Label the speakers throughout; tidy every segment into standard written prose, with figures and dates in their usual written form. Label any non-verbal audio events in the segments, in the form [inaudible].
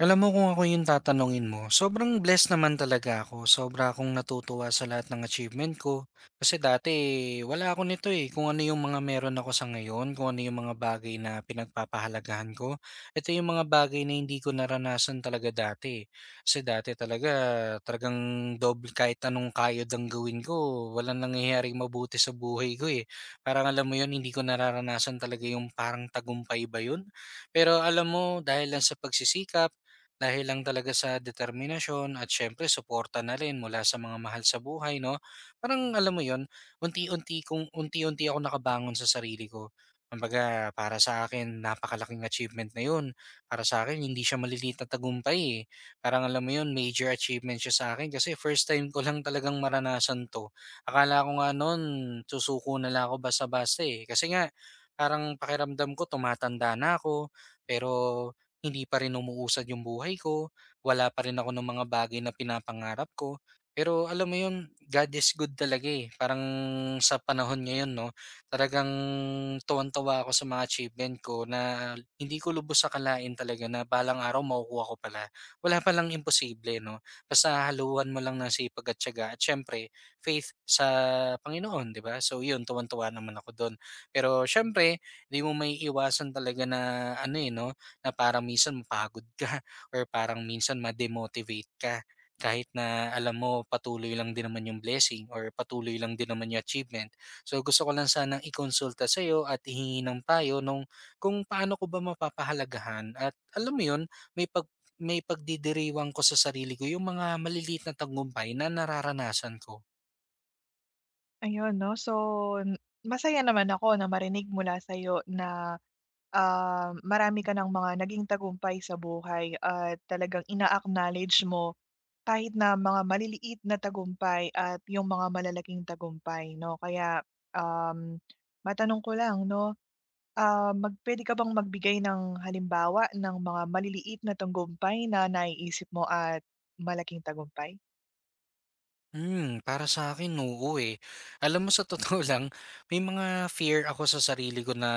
Speaker 1: Alam mo kung ako yung tatanungin mo, sobrang blessed naman talaga ako. Sobra akong natutuwa sa lahat ng achievement ko. Kasi dati, wala ako nito eh. Kung ano yung mga meron ako sa ngayon, kung ano yung mga bagay na pinagpapahalagahan ko, ito yung mga bagay na hindi ko naranasan talaga dati. Kasi dati talaga, talagang double kahit anong kayod ang gawin ko, walang nangyayaring mabuti sa buhay ko eh. Parang alam mo yun, hindi ko nararanasan talaga yung parang tagumpay ba yun? Pero alam mo, dahil lang sa pagsisikap, dahil lang talaga sa determinasyon at syempre suporta na rin mula sa mga mahal sa buhay, no? Parang alam mo yon, unti-unti ako nakabangon sa sarili ko. Kumbaga, para sa akin, napakalaking achievement na yun. Para sa akin, hindi siya maliliit na tagumpay, eh. Parang alam mo yun, major achievement siya sa akin kasi first time ko lang talagang maranasan to. Akala ko nga noon, susuko na lang ako basta-basta eh. Kasi nga, parang pakiramdam ko, tumatanda na ako. Pero hindi pa rin umuusad yung buhay ko, wala pa rin ako ng mga bagay na pinapangarap ko. Pero alam mo yun, God is good talaga eh. Parang sa panahon ngayon, no, talagang tuwan-tuwa ako sa mga achievement ko na hindi ko lubos sa akalain talaga na balang araw makukuha ko pala. Wala palang imposible, no? Basta haluan mo lang ng sipag at tiyaga. At syempre, faith sa Panginoon, di ba? So yun, tuwan-tuwa naman ako doon. Pero syempre, hindi mo may iwasan talaga na ano eh, no? Na parang minsan mapagod ka [laughs] or parang minsan ma-demotivate ka kahit na alam mo patuloy lang din naman yung blessing or patuloy lang din naman yung achievement. So gusto ko lang sanang ikonsulta sa iyo at ihingi ng payo nung kung paano ko ba mapapahalagahan at alam mo yun, may pag may pagdidiriwang ko sa sarili ko yung mga maliliit na tagumpay na nararanasan ko.
Speaker 2: Ayun 'no, so n- masaya naman ako na marinig mula sa'yo na, marami ka ng mga naging tagumpay sa buhay at talagang ina-acknowledge mo kahit na mga maliliit na tagumpay at yung mga malalaking tagumpay 'no. Kaya, um, matanong ko lang 'no, ah, mag puwede ka bang magbigay ng halimbawa ng mga maliliit na tagumpay na naiisip mo at malaking tagumpay?
Speaker 1: Para sa akin oo, eh. Alam mo sa totoo [laughs] lang, may mga fear ako sa sarili ko na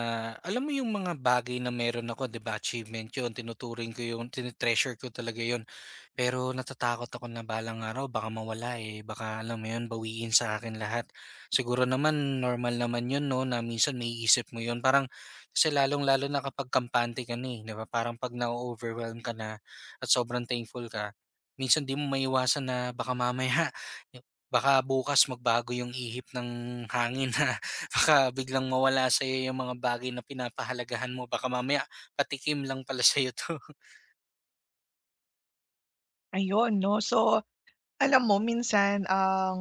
Speaker 1: alam mo yung mga bagay na meron ako, 'di ba achievement yun, tinuturing ko yun, tine ko talaga yun. Pero natatakot ako na balang araw baka mawala, eh, baka alam mo yun, bawiin sa akin lahat. Siguro naman normal naman yun 'no, na minsan may isip mo yun. Parang kasi lalong-lalo na kapag kampante ka na, eh, 'di ba? Parang 'pag na overwhelm ka na at sobrang thankful ka, minsan 'di mo maiwasan na baka mamaya. [laughs] Yup, baka bukas magbago yung ihip ng hangin, ha. [laughs] Baka biglang mawala sa'yo yung mga bagay na pinapahalagahan mo. Baka mamaya patikim lang pala sa'yo 'to. [laughs]
Speaker 2: Ayun 'no, so alam mo minsan ang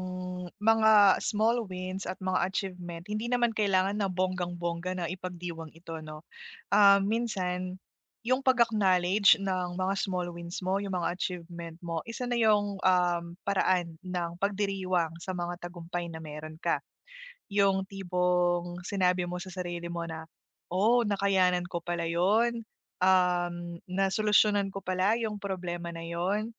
Speaker 2: mga small wins at mga achievement hindi naman kailangan na bonggang-bongga na ipagdiwang ito 'no. Ah, minsan yung pag-acknowledge ng mga small wins mo, yung mga achievement mo, isa na yung, paraan ng pagdiriwang sa mga tagumpay na meron ka. Yung tibong sinabi mo sa sarili mo na, "Oh, nakayanan ko pala 'yun, nasolusyonan ko pala yung problema na yon.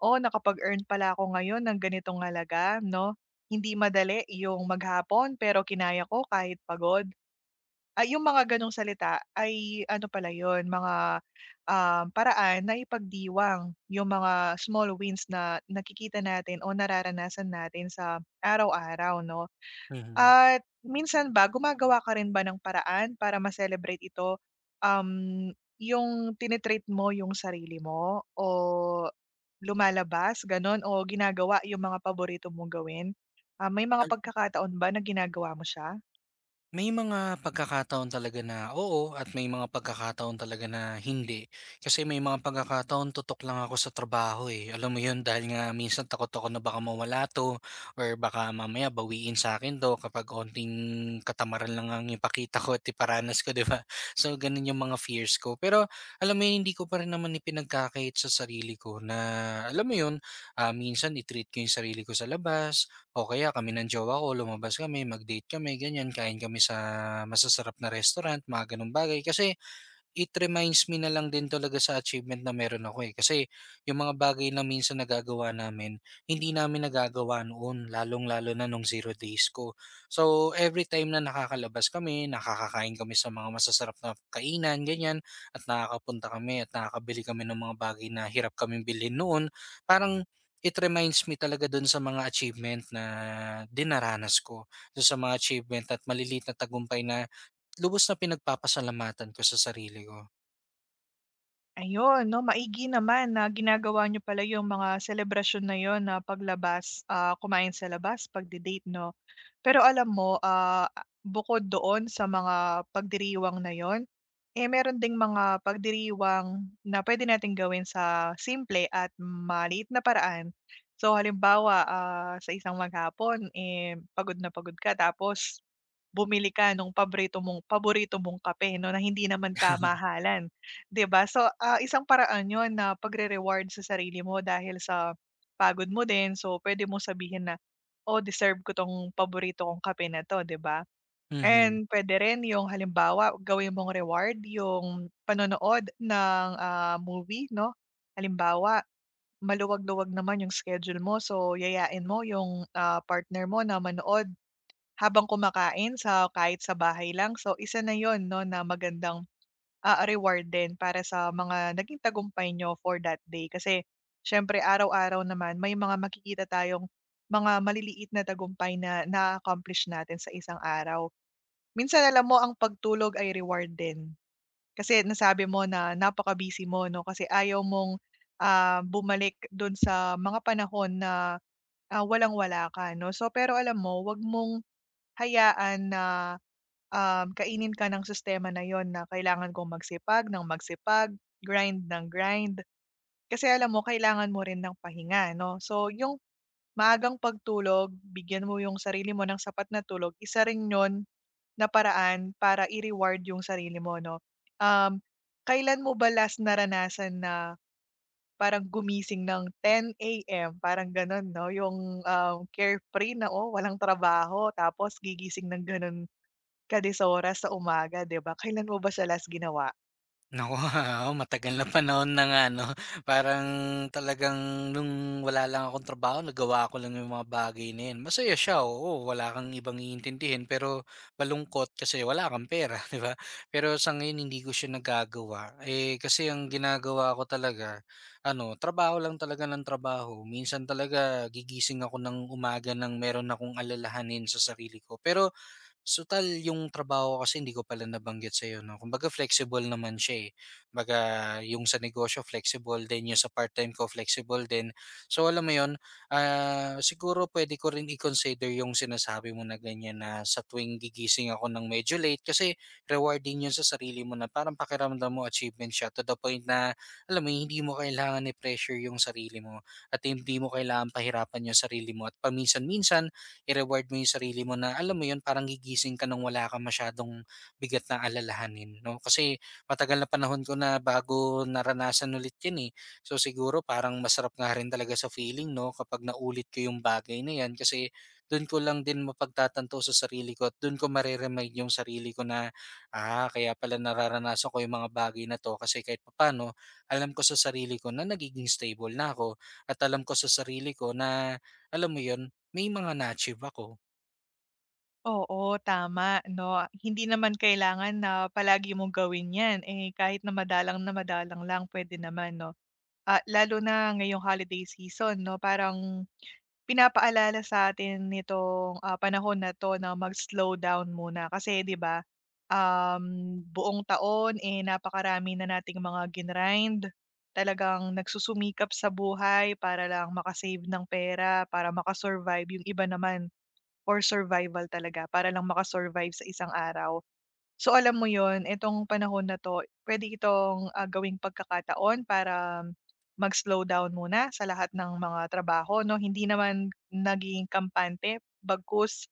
Speaker 2: Oh, nakapag-earn pala ako ngayon ng ganitong halaga 'no. Hindi madali yung maghapon pero kinaya ko kahit pagod." Ay yung mga gano'ng salita ay ano pala 'yun, mga, paraan na ipagdiwang yung mga small wins na nakikita natin o nararanasan natin sa araw-araw 'no.
Speaker 1: Mhm.
Speaker 2: At minsan ba gumagawa ka rin ba ng paraan para ma-celebrate ito? Um, yung tini mo yung sarili mo o lumalabas gano'n o ginagawa yung mga paborito mong gawin? May mga pagkakataon ba na ginagawa mo siya?
Speaker 1: May mga pagkakataon talaga na oo at may mga pagkakataon talaga na hindi. Kasi may mga pagkakataon tutok lang ako sa trabaho eh. Alam mo yun dahil nga minsan takot ako na baka mawala to or baka mamaya bawiin sa akin to kapag onting katamaran lang ang ipakita ko at iparanas ko, di ba? [laughs] So ganun yung mga fears ko. Pero alam mo yun, hindi ko pa rin naman ipinagkakait sa sarili ko na alam mo yun, minsan itreat ko yung sarili ko sa labas o kaya kami ng jowa ko, lumabas kami, mag-date kami, ganyan, kain kami sa masasarap na restaurant, mga ganung bagay. Kasi it reminds me na lang din talaga sa achievement na meron ako, eh. Kasi yung mga bagay na minsan nagagawa namin, hindi namin nagagawa noon, lalong-lalo na nung zero days ko. So, every time na nakakalabas kami, nakakakain kami sa mga masasarap na kainan, ganyan, at nakakapunta kami at nakakabili kami ng mga bagay na hirap kaming bilhin noon, parang it reminds me talaga dun sa mga achievement na dinaranas ko. Dun sa mga achievement at maliliit na tagumpay na lubos na pinagpapasalamatan ko sa sarili ko.
Speaker 2: Ayun 'no, maigi naman na ginagawa nyo pala yung mga selebrasyon na yun na paglabas, kumain sa labas, pagde-date 'no. Pero alam mo, bukod doon sa mga pagdiriwang na yun, eh, meron ding mga pagdiriwang na pwede natin gawin sa simple at maliit na paraan. So halimbawa, sa isang maghapon, eh, pagod na pagod ka tapos bumili ka nung paborito mong kape 'no, na hindi naman kamahalan. 'Di ba? So, isang paraan yon na pagre-reward sa sarili mo dahil sa pagod mo din. So, pwede mo sabihin na, "Oh, deserve ko 'tong paborito kong kape na 'to," 'di ba?
Speaker 1: Mhm.
Speaker 2: And puwede rin yung halimbawa, gawin mong reward yung panonood ng, movie 'no. Halimbawa, maluwag-luwag naman yung schedule mo, so yayain mo yung, partner mo na manood habang kumakain sa kahit sa bahay lang. So, isa na 'yun 'no na magandang reward din para sa mga naging tagumpay niyo for that day. Kasi siyempre araw-araw naman may mga makikita tayong mga maliliit na tagumpay na na-accomplish natin sa isang araw. Minsan alam mo ang pagtulog ay reward din. Kasi nasabi mo na napaka-busy mo 'no kasi ayaw mong bumalik dun sa mga panahon na, walang-wala ka 'no. So pero alam mo, 'wag mong hayaan na kainin ka ng sistema na yon na kailangan kong magsipag ng magsipag, grind ng grind. Kasi alam mo kailangan mo rin ng pahinga 'no. So yung maagang pagtulog, bigyan mo yung sarili mo ng sapat na tulog, isa rin yun na paraan para i-reward yung sarili mo 'no. Um, kailan mo ba last naranasan na parang gumising ng 10 a.m. parang ganun 'no, yung, carefree na, oh, walang trabaho tapos gigising ng ganun. Kadisora sa umaga, 'di ba? Kailan mo ba siya last ginawa?
Speaker 1: Naku, [laughs] oo, matagal na panahon na nga 'no. [laughs] Parang talagang nung wala lang akong trabaho nagawa ko lang yung mga bagay na yun. Masaya siya, oo, wala kang ibang iintindihin, pero malungkot kasi wala kang pera, [laughs] 'di ba? Pero sa ngayon hindi ko siya nagagawa, eh, kasi ang ginagawa ko talaga ano, trabaho lang talaga ng trabaho. Minsan talaga gigising ako ng umaga ng meron akong alalahanin sa sarili ko. Pero total yung trabaho ko kasi hindi ko pala nabanggit sa iyo 'no, kumbaga flexible naman siya, eh. Kumbaga yung sa negosyo flexible din, yung sa part-time ko flexible din. So alam mo yon, siguro puwede ko rin i-consider yung sinasabi mo na ganyan na sa tuwing gigising ako ng medyo late kasi rewarding yun sa sarili mo na parang pakiramdam mo achievement siya, to the point na alam mo yun, hindi mo kailangan i-pressure yung sarili mo at hindi mo kailangan pahirapan yung sarili mo at paminsan-minsan i-reward mo yung sarili mo na alam mo yun parang gigising ka ng wala ka masyadong bigat na alalahanin 'no. Kasi matagal na panahon ko na bago naranasan ulit yun, eh. So, siguro parang masarap nga rin talaga sa feeling 'no kapag naulit ko yung bagay na yan, kasi dun ko lang din mapagtatanto sa sarili ko at dun ko mare-remind yung sarili ko na, "Ah, kaya pala nararanasan ko yung mga bagay na 'to kasi kahit papano alam ko sa sarili ko na nagiging stable na ako at alam ko sa sarili ko na alam mo yun may mga na-achieve ako."
Speaker 2: Oo, tama 'no. Hindi naman kailangan na palagi mong gawin 'yan, eh, kahit na madalang lang pwede naman 'no. Lalo na ngayong holiday season 'no, parang pinapaalala sa'tin nitong, ah, panahon na 'to na mag-slow down muna kasi 'di ba, um, buong taon, eh, napakarami na nating mga grinid. Talagang nagsusumikap sa buhay para lang makasave ng pera, para makasurvive yung iba naman for survival talaga, para lang makasurvive sa isang araw. So, alam mo yon, itong panahon na 'to, pwede itong, gawing pagkakataon para mag-slow down muna sa lahat ng mga trabaho 'no, hindi naman naging kampante bagkus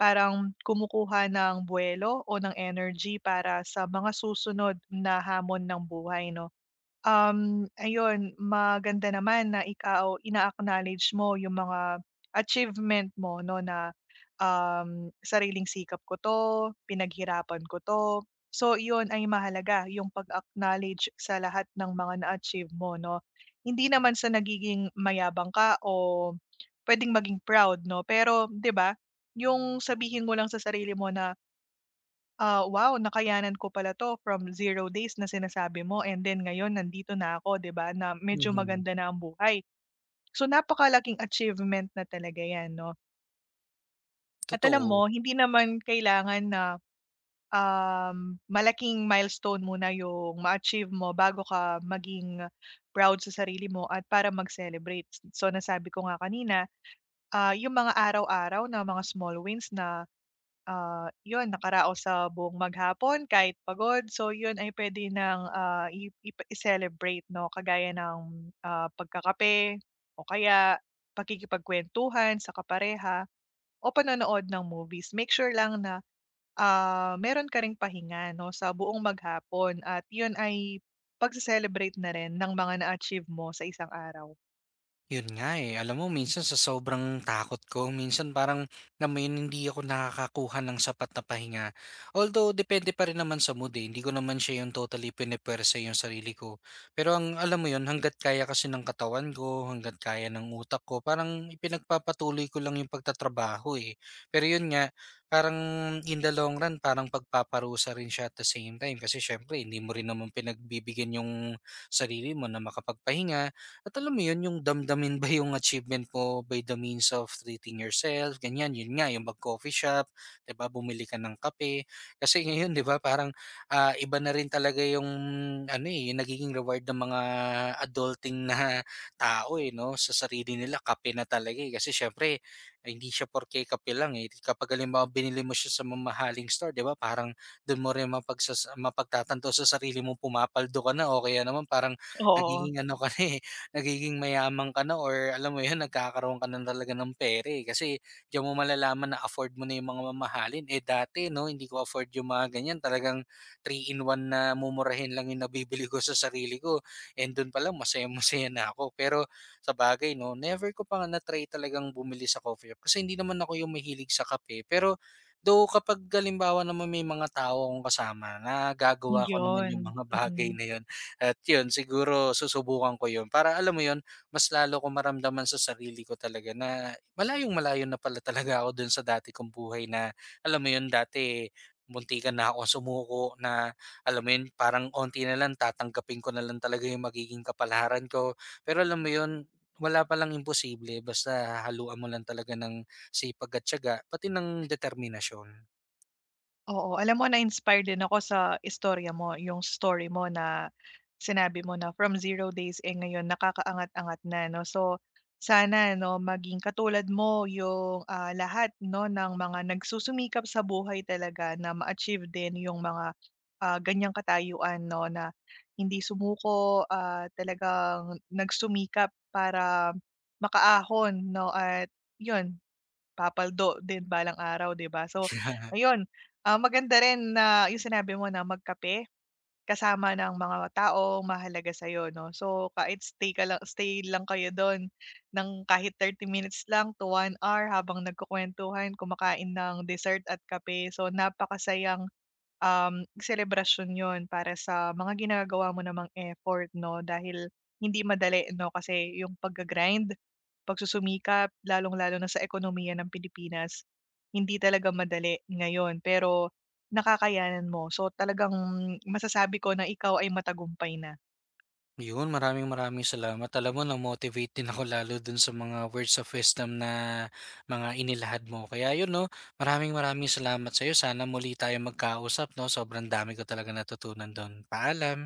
Speaker 2: parang kumukuha ng buwelo o ng energy para sa mga susunod na hamon ng buhay 'no. Ayun maganda naman na ikaw ina-acknowledge mo yung mga achievement mo 'no na, sariling sikap ko 'to, pinaghirapan ko 'to. So iyon ay mahalaga yung pag-acknowledge sa lahat ng mga na-achieve mo 'no. Hindi naman sa nagiging mayabang ka o pwedeng maging proud 'no, pero 'di ba, yung sabihin mo lang sa sarili mo na, "Ah, wow, nakayanan ko pala 'to from zero days na sinasabi mo and then ngayon nandito na ako 'di ba, na medyo
Speaker 1: Mhm.
Speaker 2: maganda na ang buhay." So, napakalaking achievement na talaga 'yan 'no. At alam
Speaker 1: Totoo.
Speaker 2: mo hindi naman kailangan na, malaking milestone muna yung ma-achieve mo bago ka maging proud sa sarili mo at para mag-celebrate. So, nasabi ko nga kanina, yung mga araw-araw na mga small wins na, ah, 'yun nakaraos sa buong maghapon kahit pagod. So 'yun ay pwede ng, ah, i ipa i-celebrate 'no, kagaya ng, pagkakape o kaya pakikipagkuwentuhan sa kapareha o panonood ng movies. Make sure lang na, meron ka ring pahinga 'no, sa buong maghapon at 'yun ay pagse-celebrate na rin ng mga na-achieve mo sa isang araw.
Speaker 1: Yun nga, eh. Alam mo minsan sa sobrang takot ko, minsan parang alam mo yun, hindi ako nakakakuha ng sapat na pahinga. Although depende pa rin naman sa mood, eh. Hindi ko naman siya yung totally pinepwersa yung sarili ko. Pero ang alam mo yun, hangga't kaya kasi ng katawan ko, hangga't kaya ng utak ko, parang ipinagpapatuloy ko lang yung pagtatrabaho, eh. Pero yun nga, parang in the long run, parang pagpaparusa rin siya at the same time. Kasi syempre, hindi mo rin naman pinagbibigyan yung sarili mo na makapagpahinga at alam mo 'yun, yung damdamin ba yung achievement mo by the means of treating yourself, ganyan. 'Yun nga, yung mag-coffee shop, 'di ba, bumili ka ng kape. Kasi ngayon, 'di ba, parang, iba na rin talaga yung ano, eh, yung nagiging reward ng mga adulting na tao, eh, 'no, sa sarili nila kape na talaga, eh. Kasi siyempre, ay hindi siya porke kape lang, eh. Kapag halimbawa binili mo siya sa mamahaling store, 'di ba, parang do'n mo rin mapagsasa mapagtatanto sa sarili mo, pumapaldo ka na o kaya naman parang
Speaker 2: Oo,
Speaker 1: nagiging ano ka na, eh, nagiging mayaman ka na or alam mo 'yun, [laughs] nagkakaroon ka na talaga ng pera, eh. Kasi diyan mo malalaman na afford mo na 'yung mga mamahalin. Eh, dati 'no, hindi ko afford 'yung mga ganiyan, talagang 3-in-1 na mumurahin lang 'yung nabibili ko sa sarili ko and do'n pa lang masayang-masaya na ako. Pero sa bagay 'no, never ko pa nga na-try talagang bumili sa coffee shop kasi hindi naman ako 'yung mahilig sa kape. Pero though kapag galimbawa naman may mga tao akong kasama na gagawa ko naman 'yung
Speaker 2: 'yun,
Speaker 1: mga [laughs] bagay
Speaker 2: mm.
Speaker 1: na 'yun, at yun siguro susubukan ko yun para alam mo yun, mas lalo ko maramdaman sa sarili ko talaga na malayong-malayo na pala talaga ako dun sa dati kong buhay na alam mo yun dati muntikan na ako sumuko na, alam mo yun parang onti na lang tatanggapin ko na lang talaga yung magiging kapalaran ko. Pero alam mo yun, wala palang imposible basta hahaluan mo lang talaga ng sipag at tiyaga pati ng determinasyon.
Speaker 2: Oo, alam mo na-inspire din ako sa istorya mo, yung story mo na sinabi mo na from zero days, eh, ngayon nakakaangat-angat na 'no. So, sana 'no maging katulad mo yung, lahat 'no ng mga nagsusumikap sa buhay talaga na ma-achieve din yung mga, ganiyang katayuan 'no na hindi sumuko, talagang nagsumikap para makaahon 'no at yun. Papaldo din balang araw, 'di ba? So
Speaker 1: [laughs]
Speaker 2: ayun, maganda rin na yung sinabi mo na magkape kasama ng mga tao mahalaga sa'yo 'no. So kahit stay ka lang stay lang kayo do'n ng kahit 30 minutes lang to 1 hour habang nagkukuwentuhan, kumakain ng dessert at kape. So napakasayang selebrasyon 'yun para sa mga ginagawa mo namang effort 'no, dahil hindi madali 'no, kasi yung pagga-grind, pagsusumikap, lalong-lalo na sa ekonomiya ng Pilipinas, hindi talaga madali ngayon pero nakakayanan mo. So talagang masasabi ko na ikaw ay matagumpay na.
Speaker 1: Yun, maraming maraming salamat. Alam mo na-motivate din ako lalo dun sa mga words of wisdom na mga inilahad mo. Kaya yun 'no, maraming maraming salamat sa'yo. Sana muli tayong magkausap 'no, sobrang dami ko talaga natutunan dun. Paalam.